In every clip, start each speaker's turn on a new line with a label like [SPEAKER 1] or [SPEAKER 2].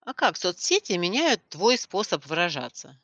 [SPEAKER 1] А как соцсети меняют твой способ выражаться?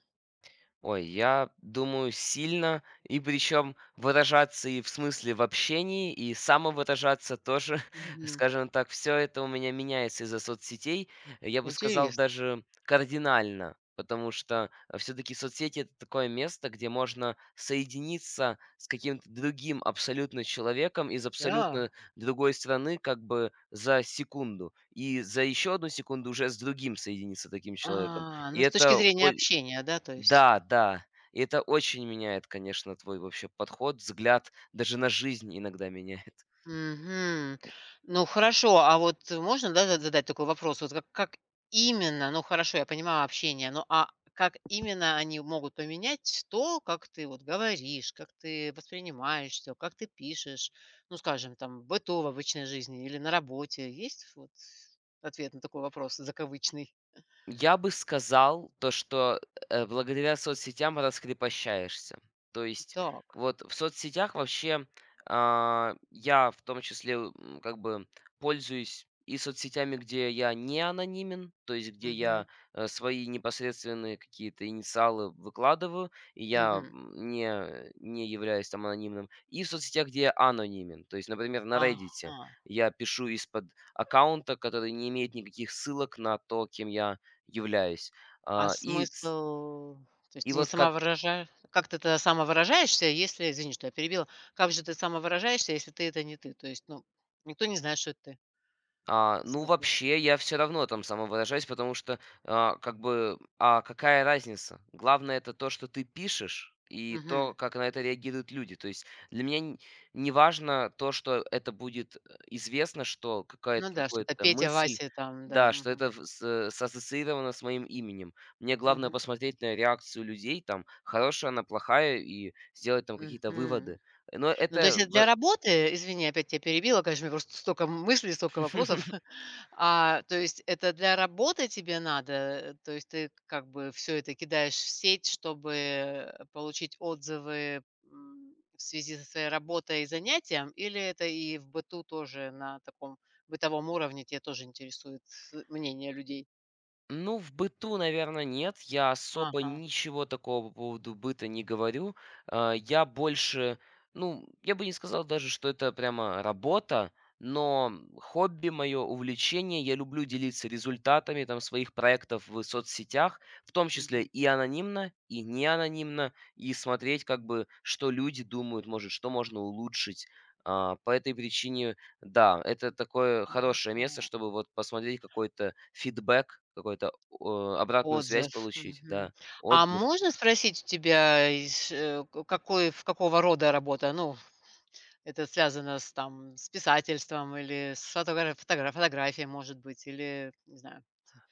[SPEAKER 2] Ой, я думаю, сильно, и причем выражаться и в смысле в общении, и самовыражаться тоже,
[SPEAKER 1] Мгм.
[SPEAKER 2] скажем так, все это у меня меняется из-за соцсетей. Я бы сказал,
[SPEAKER 1] Интересно.
[SPEAKER 2] даже кардинально, потому что все-таки соцсети это такое место, где можно соединиться с каким-то другим абсолютно человеком из абсолютно
[SPEAKER 1] Да.
[SPEAKER 2] другой страны, как бы за секунду, и за еще одну секунду уже с другим соединиться таким человеком.
[SPEAKER 1] А,
[SPEAKER 2] И
[SPEAKER 1] ну, с точки
[SPEAKER 2] это о-
[SPEAKER 1] зрения общения, да, то есть.
[SPEAKER 2] да, да. И это очень меняет, конечно, твой вообще подход, взгляд, даже на жизнь иногда меняет.
[SPEAKER 1] Мгм. Ну, хорошо, а вот можно, да, задать такой вопрос? Вот как именно, ну, хорошо, я понимаю общение, но а как именно они могут поменять то, как ты вот говоришь, как ты воспринимаешь все, как ты пишешь, ну, скажем, там, в быту, в обычной жизни или на работе? Есть вот ответ на такой вопрос закавычный?
[SPEAKER 2] Я бы сказал то, что, благодаря соцсетям раскрепощаешься. То есть
[SPEAKER 1] Так.
[SPEAKER 2] вот в соцсетях вообще, я в том числе, как бы пользуюсь и соцсетями, где я не анонимен, то есть где я,
[SPEAKER 1] Мгм,
[SPEAKER 2] свои непосредственные какие-то инициалы выкладываю, и я,
[SPEAKER 1] мгм.
[SPEAKER 2] не являюсь там анонимным, и в соцсетях, где я анонимен. То есть, например, на "Реддите"
[SPEAKER 1] Ага.
[SPEAKER 2] я пишу из-под аккаунта, который не имеет никаких ссылок на то, кем я являюсь.
[SPEAKER 1] А
[SPEAKER 2] А, и, с-
[SPEAKER 1] смысл то есть
[SPEAKER 2] и
[SPEAKER 1] ты не
[SPEAKER 2] вот как,
[SPEAKER 1] самовыража как ты тогда самовыражаешься, если извини, что я перебила. Как же ты самовыражаешься, если ты- это не ты? То есть, ну, никто не знает, что это ты.
[SPEAKER 2] ну
[SPEAKER 1] Смысл?
[SPEAKER 2] вообще я все равно там самовыражаюсь, потому что, как бы, а какая разница? Главное это то, что ты пишешь. И то,
[SPEAKER 1] Мгм.
[SPEAKER 2] как на это реагируют люди. То есть для меня не важно то, что это будет, известно, что
[SPEAKER 1] Ну
[SPEAKER 2] какая-то
[SPEAKER 1] да, что это
[SPEAKER 2] какая-то
[SPEAKER 1] Петя,
[SPEAKER 2] мысль,
[SPEAKER 1] Вася там, да.
[SPEAKER 2] да, что
[SPEAKER 1] Мгм.
[SPEAKER 2] это сассоциировано с моим именем. Мне главное
[SPEAKER 1] Мгм.
[SPEAKER 2] посмотреть на реакцию людей, там, хорошая она, плохая, и сделать там какие-то
[SPEAKER 1] Мгм.
[SPEAKER 2] выводы. Но
[SPEAKER 1] Ну, то есть
[SPEAKER 2] это...
[SPEAKER 1] это
[SPEAKER 2] во-
[SPEAKER 1] для работы, извини, опять тебя перебила, конечно, у меня просто столько мыслей, столько вопросов. То есть это для работы тебе надо, то есть ты как бы все это кидаешь в сеть, чтобы, получить отзывы, в связи со своей работой и занятием, или это и в быту тоже на таком бытовом уровне тебя тоже интересует, мнение людей?
[SPEAKER 2] Ну, в быту, наверное, нет. Я особо
[SPEAKER 1] Ага,
[SPEAKER 2] ничего такого по поводу быта не говорю. А, Я больше, ну, я бы не сказал даже, что это прямо работа, но хобби мое, увлечение, я люблю делиться результатами там своих проектов в соцсетях, в том числе
[SPEAKER 1] мгм.
[SPEAKER 2] и анонимно, и не анонимно, и смотреть, как бы, что люди думают, может, что можно улучшить. По этой причине, да, это такое хорошее место,
[SPEAKER 1] Ага.
[SPEAKER 2] чтобы вот посмотреть какой-то фидбэк, какой-то обратную связь
[SPEAKER 1] Отзыв.
[SPEAKER 2] получить,
[SPEAKER 1] Мгм.
[SPEAKER 2] да,
[SPEAKER 1] А
[SPEAKER 2] отзыв.
[SPEAKER 1] можно спросить у тебя, к какой в какого рода работа? Ну, это связано с, там, с писательством или с фотографией, может быть, или, не знаю,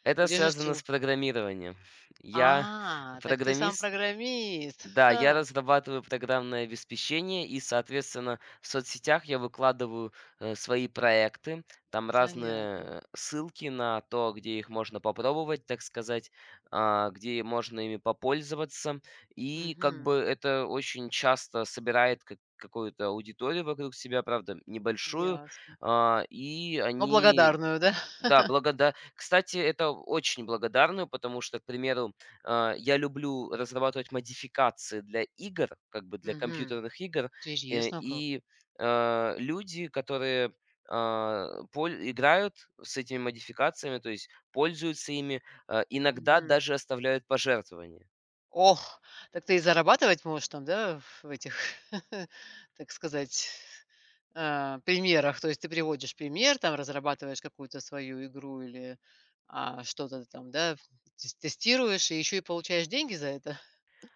[SPEAKER 2] Это связано с
[SPEAKER 1] режиссю
[SPEAKER 2] программированием. Я
[SPEAKER 1] Так ты сам
[SPEAKER 2] программист.
[SPEAKER 1] программист.
[SPEAKER 2] Да, я
[SPEAKER 1] Ха,
[SPEAKER 2] разрабатываю программное обеспечение и, соответственно, в соцсетях я выкладываю, свои проекты, там разные,
[SPEAKER 1] занятно.
[SPEAKER 2] ссылки на то, где их можно попробовать, так сказать, где можно ими попользоваться. И как бы
[SPEAKER 1] Мгм.
[SPEAKER 2] это очень часто собирает какую-то аудиторию вокруг себя, правда, небольшую,
[SPEAKER 1] Ясно.
[SPEAKER 2] а, и
[SPEAKER 1] Но
[SPEAKER 2] они
[SPEAKER 1] благодарную, да?
[SPEAKER 2] да, благода кстати, это очень благодарную, потому что, к примеру, я люблю разрабатывать модификации для игр, как бы для
[SPEAKER 1] Мгм.
[SPEAKER 2] компьютерных игр, э,
[SPEAKER 1] Интересно как.
[SPEAKER 2] и, люди, которые, а, поль играют с этими модификациями, то есть пользуются ими, иногда
[SPEAKER 1] Мгм.
[SPEAKER 2] даже оставляют пожертвования.
[SPEAKER 1] Ох, так ты и зарабатывать можешь там, да, в этих, так сказать, примерах. То есть ты приводишь пример, там разрабатываешь какую-то свою игру или, что-то там, да, тестируешь и еще и получаешь деньги за это.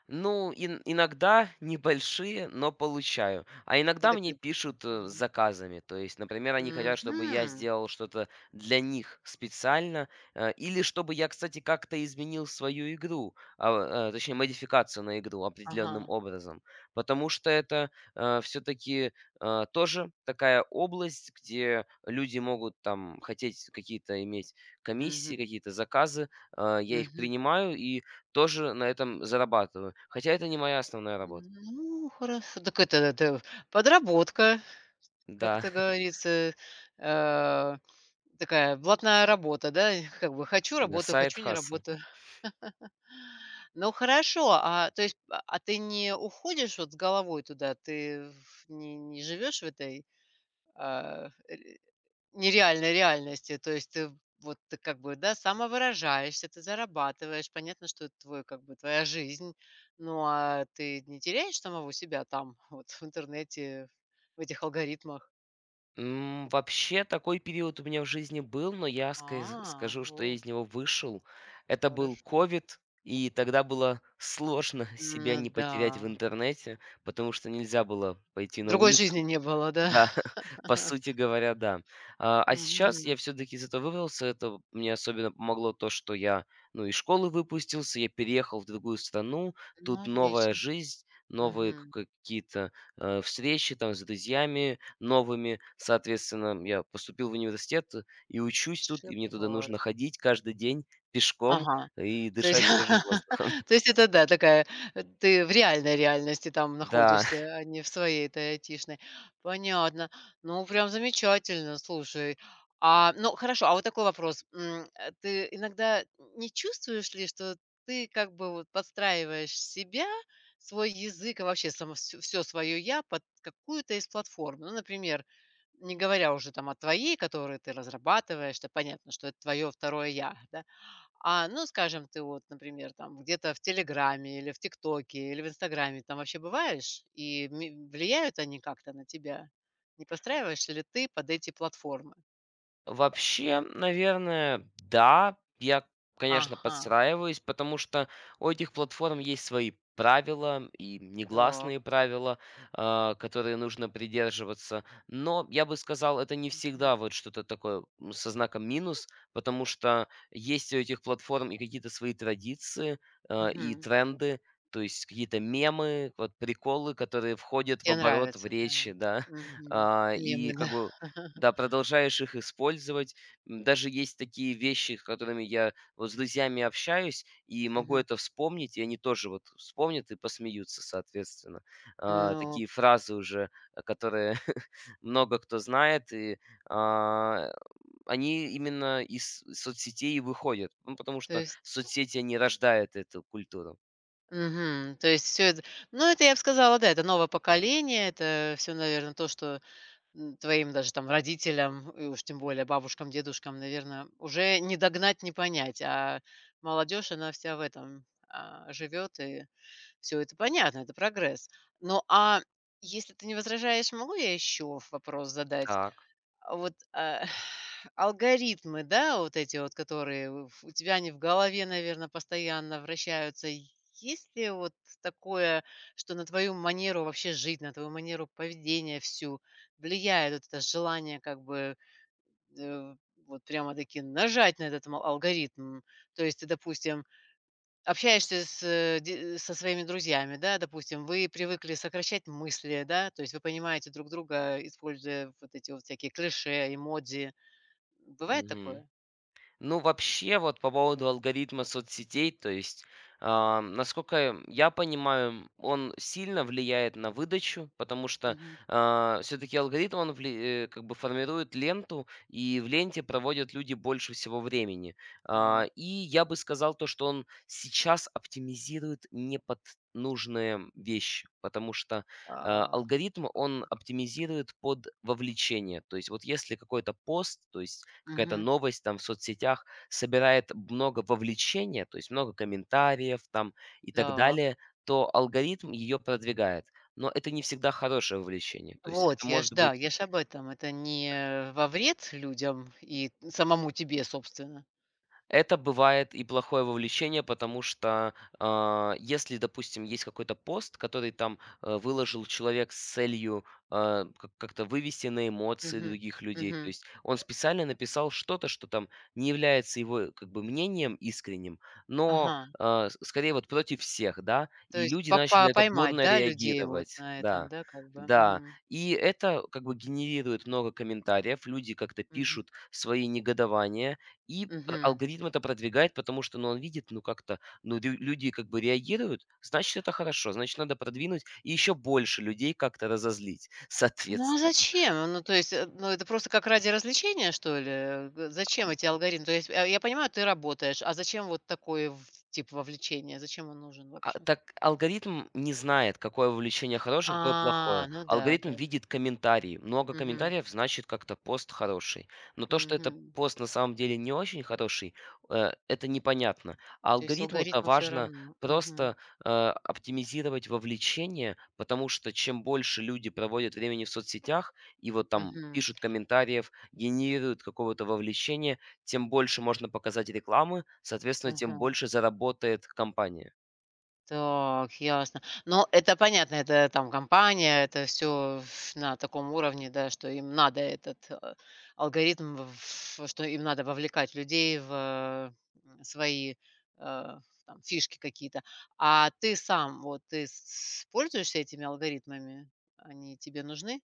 [SPEAKER 2] Ну, ин иногда небольшие, но получаю. А иногда
[SPEAKER 1] Это
[SPEAKER 2] мне
[SPEAKER 1] как
[SPEAKER 2] пишут, с
[SPEAKER 1] Мгм.
[SPEAKER 2] заказами. То есть, например, они хотят, чтобы я
[SPEAKER 1] Мгм.
[SPEAKER 2] сделал что-то для них специально, или чтобы я, кстати, как-то изменил свою игру, точнее, модификацию на игру
[SPEAKER 1] Ага.
[SPEAKER 2] определенным образом. Потому что это, все-таки, тоже такая область, где люди могут там хотеть какие-то иметь комиссии,
[SPEAKER 1] Мгм.
[SPEAKER 2] какие-то заказы. Я их
[SPEAKER 1] Мгм.
[SPEAKER 2] принимаю, и тоже на этом зарабатываю, хотя это не моя основная работа.
[SPEAKER 1] Ну, хорошо. Так это подработка. Как
[SPEAKER 2] Да.
[SPEAKER 1] это говорится, э, такая блатная работа, да? Как бы хочу-
[SPEAKER 2] Да,
[SPEAKER 1] работаю, хочу- не
[SPEAKER 2] сайд-хасл.
[SPEAKER 1] работаю. Ну, хорошо, а то есть, а ты не уходишь вот с головой туда? Ты в не живешь в этой, а, ре нереальной реальности? То есть ты вот ты как бы, да, самовыражаешься, ты зарабатываешь. Понятно, что это твой как бы твоя жизнь. Ну, а ты не теряешь самого себя там вот в интернете, в этих алгоритмах?
[SPEAKER 2] Вообще такой период у меня в жизни был, но я сказ
[SPEAKER 1] А,
[SPEAKER 2] скажу, что я
[SPEAKER 1] вот.
[SPEAKER 2] из него вышел. Это был
[SPEAKER 1] Хорошо.
[SPEAKER 2] ковид, и тогда было сложно себя
[SPEAKER 1] Ну
[SPEAKER 2] не
[SPEAKER 1] да.
[SPEAKER 2] потерять в интернете, потому что нельзя было пойти на
[SPEAKER 1] Другой
[SPEAKER 2] улицу.
[SPEAKER 1] жизни не было, да?
[SPEAKER 2] Да, по сути говоря, да. А сейчас я
[SPEAKER 1] Мгм.
[SPEAKER 2] все-таки из этого вывелся. Это мне особенно помогло то, что я, ну, из школы выпустился, я переехал в другую страну,
[SPEAKER 1] Ну,
[SPEAKER 2] тут новая
[SPEAKER 1] отлично.
[SPEAKER 2] жизнь, новые
[SPEAKER 1] Мгм.
[SPEAKER 2] какие-то, встречи там с друзьями новыми. Соответственно, я поступил в университет, и учусь тут, и мне туда нужно
[SPEAKER 1] Шикарно.
[SPEAKER 2] ходить каждый день пешком
[SPEAKER 1] Ага.
[SPEAKER 2] и
[SPEAKER 1] То есть
[SPEAKER 2] дышать свежим воздухом.
[SPEAKER 1] то есть это да, такая, ты в реальной реальности там
[SPEAKER 2] Да.
[SPEAKER 1] находишься, а не в своей этой айтишной. Понятно. Ну, прям замечательно, слушай. Ну, хорошо, а вот такой вопрос. Ты иногда не чувствуешь ли, что ты как бы вот подстраиваешь себя, свой язык и вообще само всё "я" под какую-то из платформ? Ну, например, не говоря уже там о твоей, которую ты разрабатываешь, то понятно, что это твое второе "я", да? Ну, скажем, ты вот, например, там где-то в "Телеграме", или в "ТикТоке", или в "Инстаграме" там вообще бываешь? И ми Влияют они как-то на тебя? Не подстраиваешься ли ты под эти платформы?
[SPEAKER 2] Вообще, наверное, да. Я, конечно,
[SPEAKER 1] Ага,
[SPEAKER 2] подстраиваюсь, потому что у этих платформ есть свои правила и
[SPEAKER 1] так.
[SPEAKER 2] негласные правила, которые нужно придерживаться. Но я бы сказал, это не
[SPEAKER 1] Мгм.
[SPEAKER 2] всегда вот что-то такое, со знаком минус, потому что есть у этих платформ и какие-то свои традиции, и
[SPEAKER 1] Мгм.
[SPEAKER 2] тренды, то есть какие-то мемы, вот приколы, которые
[SPEAKER 1] И
[SPEAKER 2] входят в
[SPEAKER 1] те
[SPEAKER 2] оборот, в
[SPEAKER 1] нравятся, да,
[SPEAKER 2] речи,
[SPEAKER 1] они?
[SPEAKER 2] да.
[SPEAKER 1] Мгм.
[SPEAKER 2] И
[SPEAKER 1] Мемы,
[SPEAKER 2] как
[SPEAKER 1] да.
[SPEAKER 2] бы, да, продолжаешь их использовать. Даже есть такие вещи, с которыми я вот с друзьями общаюсь, и могу
[SPEAKER 1] Мгм.
[SPEAKER 2] это вспомнить, и они тоже вот вспомнят и посмеются, соответственно.
[SPEAKER 1] Ну,
[SPEAKER 2] Такие фразы уже, которые много кто знает, и, а, они именно из соцсетей и выходят, ну, потому
[SPEAKER 1] то
[SPEAKER 2] что
[SPEAKER 1] есть
[SPEAKER 2] соцсети, они рождают эту культуру.
[SPEAKER 1] то есть все это ну, это, я бы сказала, да, это новое поколение, это все, наверное, то, что твоим даже там родителям, и уж тем более бабушкам, дедушкам, наверное уже не догнать, не понять. А молодежь, она вся в этом, живет, и все это понятно, это прогресс. Ну, а если ты не возражаешь, могу я еще вопрос задать?
[SPEAKER 2] Так.
[SPEAKER 1] А вот, алгоритмы, да, вот эти вот, которые в у тебя они в голове, наверное, постоянно вращаются. Есть ли вот такое, что на твою манеру вообще жить, на твою манеру поведения всю влияет вот это желание как бы, э, вот прямо-таки нажать на этот ма алгоритм? То есть ты, допустим, общаешься с, э, де со своими друзьями, да, допустим, вы привыкли сокращать мысли, да, то есть вы понимаете друг друга, используя вот эти вот всякие клише, эмодзи. Бывает такое?
[SPEAKER 2] Ну, вообще, вот по поводу алгоритма соцсетей, то есть, насколько я понимаю, он сильно влияет на выдачу, потому что
[SPEAKER 1] Мгм.
[SPEAKER 2] все-таки алгоритм, он как бы формирует ленту, и в ленте проводят люди больше всего времени.
[SPEAKER 1] Так,
[SPEAKER 2] И я бы сказал то, что он сейчас оптимизирует не под нужные вещи, потому что,
[SPEAKER 1] а,
[SPEAKER 2] алгоритм, он оптимизирует под вовлечение. То есть вот если какой-то пост, то есть какая-то
[SPEAKER 1] мгм.
[SPEAKER 2] новость там в соцсетях собирает много вовлечения, то есть много комментариев там и так
[SPEAKER 1] Так.
[SPEAKER 2] далее, то алгоритм ее продвигает. Но это не всегда хорошее вовлечение. То есть
[SPEAKER 1] Вот,
[SPEAKER 2] это
[SPEAKER 1] я ж,
[SPEAKER 2] может
[SPEAKER 1] да,
[SPEAKER 2] быть
[SPEAKER 1] я ж об этом. Это не во вред людям и самому тебе, собственно.
[SPEAKER 2] Это бывает и плохое вовлечение, потому что, если, допустим, есть какой-то пост, который там, выложил человек с целью, а, к как-то вывести на эмоции
[SPEAKER 1] Мгм.
[SPEAKER 2] других людей. То
[SPEAKER 1] Мгм.
[SPEAKER 2] есть он специально написал что-то, что там не является его как бы мнением искренним, но,
[SPEAKER 1] Ага.
[SPEAKER 2] а, с скорее вот против всех, да,
[SPEAKER 1] То
[SPEAKER 2] и
[SPEAKER 1] есть
[SPEAKER 2] люди начали
[SPEAKER 1] попа
[SPEAKER 2] на это
[SPEAKER 1] поймать,
[SPEAKER 2] бурно
[SPEAKER 1] да, людей вот
[SPEAKER 2] реагировать.
[SPEAKER 1] на этом,
[SPEAKER 2] Да,
[SPEAKER 1] да, как бы?
[SPEAKER 2] да.
[SPEAKER 1] Мгм.
[SPEAKER 2] И это как бы генерирует много комментариев, люди как-то
[SPEAKER 1] Мгм.
[SPEAKER 2] пишут свои негодования. И пр
[SPEAKER 1] Мгм.
[SPEAKER 2] алгоритм это продвигает, потому что, ну, он видит, ну, как-то, ну, лю люди как бы реагируют, значит, это хорошо, значит, надо продвинуть и еще больше людей как-то разозлить,
[SPEAKER 1] Ну, а
[SPEAKER 2] соответственно.
[SPEAKER 1] зачем? Ну, то есть, ну, это просто как ради развлечения, что ли? Э, г Зачем эти алгоритмы? То есть, я понимаю, ты работаешь, а зачем вот такой в тип вовлечения? Зачем он нужен вообще?
[SPEAKER 2] Так алгоритм не знает, какое вовлечение хорошее, какое
[SPEAKER 1] А,
[SPEAKER 2] плохое.
[SPEAKER 1] ну да,
[SPEAKER 2] Алгоритм
[SPEAKER 1] да.
[SPEAKER 2] видит комментарии. Много
[SPEAKER 1] Мгм,
[SPEAKER 2] комментариев значит как-то пост хороший. Но то, что это
[SPEAKER 1] мгм.
[SPEAKER 2] пост на самом деле не очень хороший, это непонятно. А
[SPEAKER 1] То есть
[SPEAKER 2] алгоритму-то
[SPEAKER 1] алгоритму все
[SPEAKER 2] важно
[SPEAKER 1] равно. Мгм,
[SPEAKER 2] просто, э, оптимизировать вовлечение, потому что чем больше люди проводят времени в соцсетях и вот там
[SPEAKER 1] мгм,
[SPEAKER 2] пишут комментариев, генерируют какого-то вовлечения, тем больше можно показать рекламы, соответственно, тем
[SPEAKER 1] мгм.
[SPEAKER 2] больше заработает компания.
[SPEAKER 1] Так, ясно. Но это понятно, это там компания, это все на таком уровне, да, что им надо этот, алгоритм, что им надо вовлекать людей в, свои, э, там фишки какие-то. А ты сам, вот ты с пользуешься этими алгоритмами? Они тебе нужны?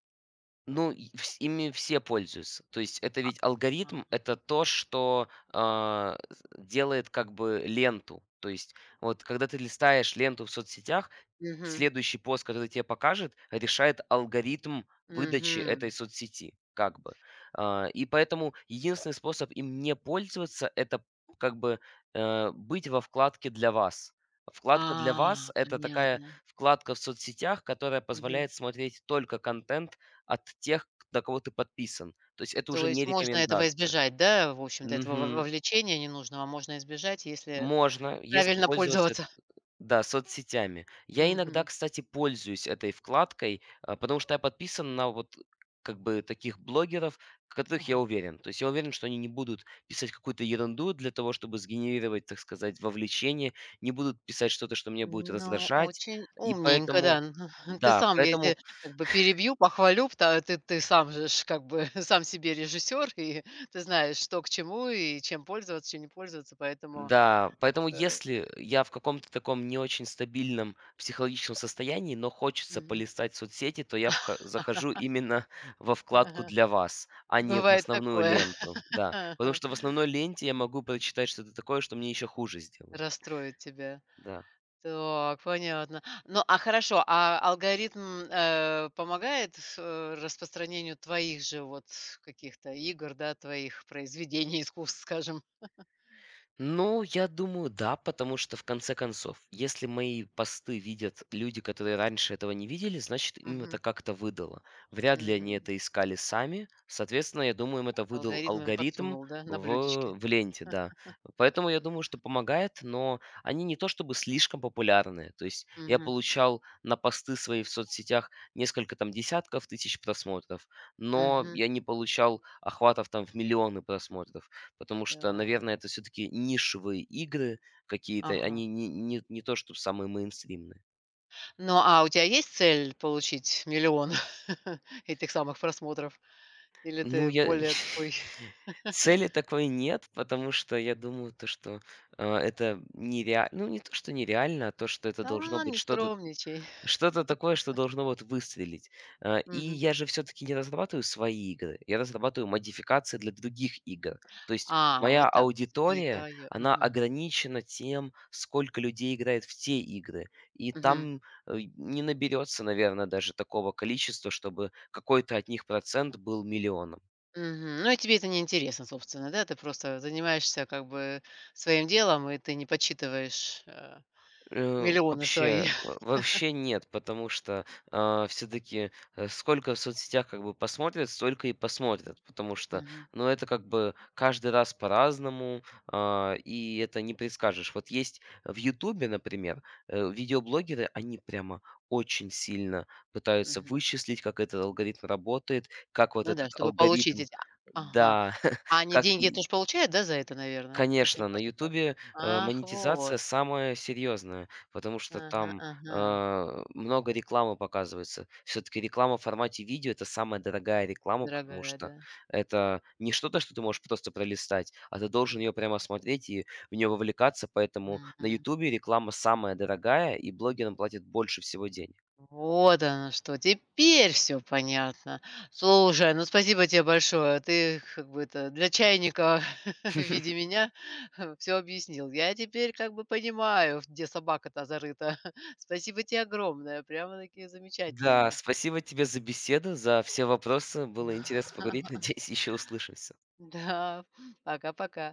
[SPEAKER 2] Ну, и вс ими все пользуются. То есть это ведь алгоритм —
[SPEAKER 1] А.
[SPEAKER 2] это то, что, а, с делает как бы ленту. То есть вот когда ты листаешь ленту в соцсетях,
[SPEAKER 1] Мгм,
[SPEAKER 2] следующий пост, который тебе покажет, решает алгоритм выдачи этой
[SPEAKER 1] мгм.
[SPEAKER 2] соцсети как бы. И поэтому единственный способ им не пользоваться — это как бы, быть во вкладке "Для вас". Вкладка "Для вас" —
[SPEAKER 1] А,
[SPEAKER 2] это такая
[SPEAKER 1] понятно.
[SPEAKER 2] вкладка в соцсетях, которая
[SPEAKER 1] Мгм.
[SPEAKER 2] позволяет смотреть только контент от тех, на кого ты подписан. То есть это
[SPEAKER 1] То
[SPEAKER 2] уже не
[SPEAKER 1] есть можно этого
[SPEAKER 2] рекомендация.
[SPEAKER 1] избежать, да? В общем-то, этого во
[SPEAKER 2] Мгм.
[SPEAKER 1] вовлечения ненужного а можно избежать, если
[SPEAKER 2] Можно, если
[SPEAKER 1] правильно
[SPEAKER 2] пользоваться, эт
[SPEAKER 1] пользоваться.
[SPEAKER 2] да, соцсетями. Я иногда,
[SPEAKER 1] Мгм.
[SPEAKER 2] кстати, пользуюсь этой вкладкой, потому что я подписан на вот как бы таких блогеров, в которых я
[SPEAKER 1] Ага.
[SPEAKER 2] уверен. То есть я уверен, что они не будут писать какую-то ерунду для того, чтобы сгенерировать, так сказать, вовлечение, не будут писать что-то, что меня будет
[SPEAKER 1] Ну,
[SPEAKER 2] раздражать.
[SPEAKER 1] очень
[SPEAKER 2] И
[SPEAKER 1] умненько,
[SPEAKER 2] поэтому
[SPEAKER 1] да. Ну, ты
[SPEAKER 2] да,
[SPEAKER 1] сам, я
[SPEAKER 2] поэтому
[SPEAKER 1] те как бы перебью, похвалю, пта ты ты сам же ж как бы сам себе режиссер, и ты знаешь, что к чему и чем пользоваться, чем не пользоваться, поэтому,
[SPEAKER 2] Да, поэтому
[SPEAKER 1] э,
[SPEAKER 2] если я в каком-то таком не очень стабильном психологическом состоянии, но хочется
[SPEAKER 1] мгм.
[SPEAKER 2] полистать соцсети, то я захожу именно во вкладку для вас, а не в
[SPEAKER 1] Бывает
[SPEAKER 2] основную
[SPEAKER 1] такое.
[SPEAKER 2] ленту. Да, потому что в основной ленте я могу прочитать что-то такое, что мне еще хуже сделает.
[SPEAKER 1] Расстроит тебя.
[SPEAKER 2] Да.
[SPEAKER 1] Так, понятно. Ну, а хорошо, а алгоритм, помогает с, распространению твоих же вот каких-то игр, да, твоих произведений искусств, скажем?
[SPEAKER 2] Ну, я думаю, да, потому что в конце концов, если мои посты видят люди, которые раньше этого не видели, значит, им это
[SPEAKER 1] Мгм,
[SPEAKER 2] как-то выдало. Вряд ли они
[SPEAKER 1] мгм.
[SPEAKER 2] это искали сами. Соответственно, я думаю, им это выдал
[SPEAKER 1] Алгоритм им
[SPEAKER 2] алгоритм
[SPEAKER 1] подсунул, да, на
[SPEAKER 2] в,
[SPEAKER 1] блюдечке?
[SPEAKER 2] в ленте, да. Поэтому я думаю, что помогает, но они не то чтобы слишком популярные. То есть я
[SPEAKER 1] Мгм,
[SPEAKER 2] получал на посты свои в соцсетях несколько там десятков тысяч просмотров, но
[SPEAKER 1] мгм.
[SPEAKER 2] я не получал охватов там в миллионы просмотров. Потому что,
[SPEAKER 1] Да,
[SPEAKER 2] наверное, это все-таки нишевые игры какие-то,
[SPEAKER 1] ага.
[SPEAKER 2] они не то, что самые мейнстримные.
[SPEAKER 1] Ну, а у тебя есть цель получить миллион этих самых просмотров? Или
[SPEAKER 2] Ну,
[SPEAKER 1] ты
[SPEAKER 2] я...
[SPEAKER 1] более такой:
[SPEAKER 2] Цели такой нет, потому что я думаю, то, что, это нереально, ну не то, что нереально, а то, что это
[SPEAKER 1] "Да,
[SPEAKER 2] должно
[SPEAKER 1] ладно,
[SPEAKER 2] быть
[SPEAKER 1] не
[SPEAKER 2] что-то
[SPEAKER 1] скромничай".
[SPEAKER 2] Что-то такое, что должно вот выстрелить. И
[SPEAKER 1] Мгм.
[SPEAKER 2] я же все таки не разрабатываю свои игры, я разрабатываю модификации для других игр. То есть
[SPEAKER 1] А,
[SPEAKER 2] моя
[SPEAKER 1] вот так, то есть это не
[SPEAKER 2] аудитория,
[SPEAKER 1] твое.
[SPEAKER 2] она ограничена тем, сколько людей играет в те игры. И там, не наберется, наверное, даже такого количества, чтобы какой-то от них процент был миллионом.
[SPEAKER 1] Мгм. Ну, и тебе это не интересно, собственно, да? Ты просто занимаешься как бы своим делом, и ты не подсчитываешь, миллионы свои.
[SPEAKER 2] Вообще нет, потому что все таки сколько в соцсетях как бы посмотрят, столько и посмотрят, потому что,
[SPEAKER 1] Мгм,
[SPEAKER 2] ну, это как бы каждый раз по-разному, и это не предскажешь. Вот есть в "Ютубе", например, видеоблогеры, они прямо очень сильно пытаются
[SPEAKER 1] мгм.
[SPEAKER 2] вычислить, как этот алгоритм работает, как вот
[SPEAKER 1] Ну да,
[SPEAKER 2] этот
[SPEAKER 1] чтобы получить
[SPEAKER 2] алгоритм.
[SPEAKER 1] эти а, Ага.
[SPEAKER 2] Да,
[SPEAKER 1] А они
[SPEAKER 2] как
[SPEAKER 1] деньги
[SPEAKER 2] и
[SPEAKER 1] тоже получают, да, за это, наверное? Это ж не
[SPEAKER 2] конечно, на
[SPEAKER 1] просто так.
[SPEAKER 2] "Ютубе",
[SPEAKER 1] Ах,
[SPEAKER 2] монетизация
[SPEAKER 1] вот.
[SPEAKER 2] самая серьезная, потому что
[SPEAKER 1] Ага,
[SPEAKER 2] там,
[SPEAKER 1] ага.
[SPEAKER 2] много рекламы показывается. Все таки реклама в формате видео — это самая дорогая реклама, потому
[SPEAKER 1] Дорогая,
[SPEAKER 2] что
[SPEAKER 1] да.
[SPEAKER 2] это не что-то, что ты можешь просто пролистать, а ты должен
[SPEAKER 1] М.
[SPEAKER 2] ее прямо смотреть и в нее вовлекаться. Поэтому на
[SPEAKER 1] Мгм.
[SPEAKER 2] "Ютубе" реклама самая дорогая, и блогерам платят больше всего денег.
[SPEAKER 1] Вот оно что, теперь все понятно. Слушай, ну спасибо тебе большое. Ты как бы это для чайника в виде меня все объяснил. Я теперь как бы понимаю, где собака-то зарыта. Спасибо тебе огромное, прямо-таки
[SPEAKER 2] Да,
[SPEAKER 1] замечательно.
[SPEAKER 2] спасибо тебе за беседу, за все вопросы. Было интересно поговорить. Надеюсь, еще услышимся.
[SPEAKER 1] Да, пока-пока.